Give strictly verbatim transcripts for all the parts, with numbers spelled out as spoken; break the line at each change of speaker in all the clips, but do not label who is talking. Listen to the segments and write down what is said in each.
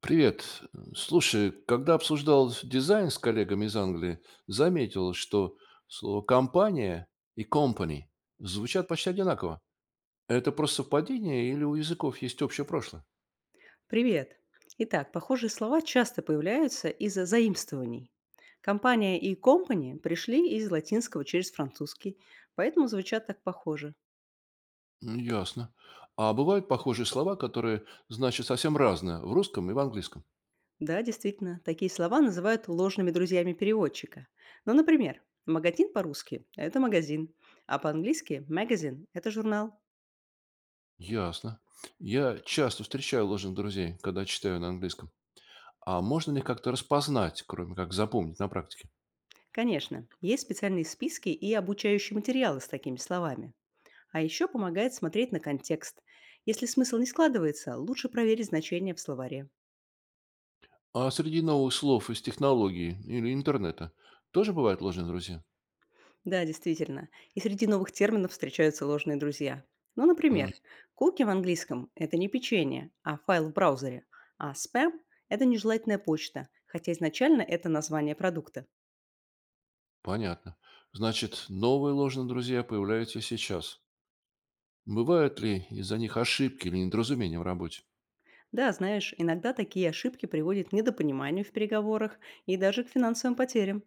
Привет. Слушай, когда обсуждал дизайн с коллегами из Англии, заметил, что слово «компания» и «company» звучат почти одинаково. Это просто совпадение или у языков есть общее прошлое?
Привет! Итак, похожие слова часто появляются из-за заимствований. Компания и company пришли из латинского через французский, поэтому звучат так похоже.
М, Ясно. А бывают похожие слова, которые значат совсем разное в русском и в английском?
Да, действительно, такие слова называют ложными друзьями переводчика. Ну, например, магазин по-русски– это магазин, а по-английски magazine– это журнал.
Ясно. Я часто встречаю ложных друзей, когда читаю на английском. А можно ли как-то распознать, кроме как запомнить на практике?
Конечно, есть специальные списки и обучающие материалы с такими словами. А еще помогает смотреть на контекст. Если смысл не складывается, лучше проверить значение в словаре.
А среди новых слов из технологий или интернета тоже бывают ложные друзья?
Да, действительно. И среди новых терминов встречаются ложные друзья. Ну,
М,
например, куки в английском– это не печенье, а файл в браузере, а спам– это нежелательная почта, хотя изначально это название продукта.
понятно. Значит, новые ложные друзья появляются сейчас. Бывают ли из-за них ошибки или недоразумения в работе?
Да, знаешь, иногда такие ошибки приводят к недопониманию в переговорах и даже к финансовым потерям.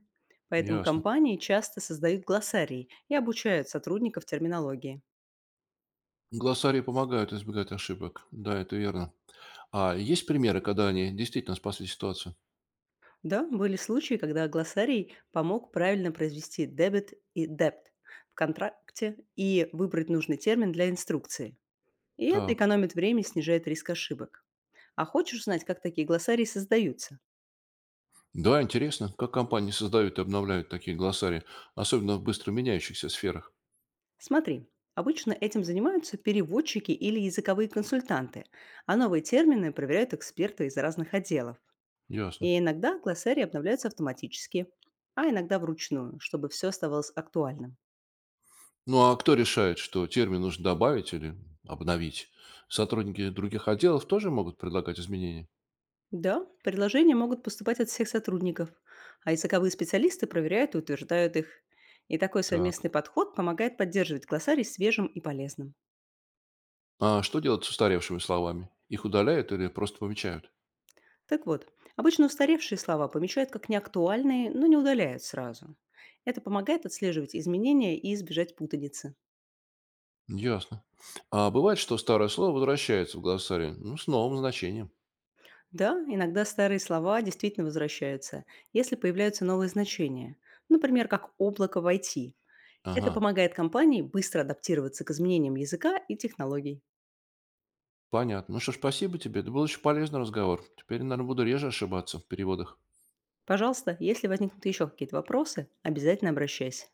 Поэтому
Ясно.
компании часто создают глоссарии и обучают сотрудников терминологии.
Глоссарии помогают избегать ошибок. Да, это верно. А есть примеры, когда они действительно спасли ситуацию?
Да, были случаи, когда глоссарий помог правильно произвести дебет и депт в контракте и выбрать нужный термин для инструкции. И это
Так.
экономит время и снижает риск ошибок. А хочешь узнать, как такие глоссарии создаются?
Да, интересно, как компании создают и обновляют такие глоссарии, особенно в быстро меняющихся сферах.
Смотри, обычно этим занимаются переводчики или языковые консультанты, а новые термины проверяют эксперты из разных отделов.
Ясно.
И иногда глоссарии обновляются автоматически, а иногда вручную, чтобы все оставалось актуальным.
Ну а кто решает, что термин нужно добавить или обновить? Сотрудники других отделов тоже могут предлагать изменения?
Да, предложения могут поступать от всех сотрудников, а языковые специалисты проверяют и утверждают их. И такой
Так.
совместный подход помогает поддерживать глоссарий свежим и полезным.
А что делать с устаревшими словами? Их удаляют или просто помечают?
Так вот, обычно устаревшие слова помечают как неактуальные, но не удаляют сразу. Это помогает отслеживать изменения и избежать путаницы.
Ясно. А бывает, что старое слово возвращается в глоссарий, ну, с новым значением.
Да, иногда старые слова действительно возвращаются, если появляются новые значения, например, как облако в I T. Это
Ага,
помогает компании быстро адаптироваться к изменениям языка и технологий.
понятно. Ну что ж, спасибо тебе. Это был очень полезный разговор. Теперь, наверное, буду реже ошибаться в переводах.
Пожалуйста, если возникнут еще какие-то вопросы, обязательно обращайся.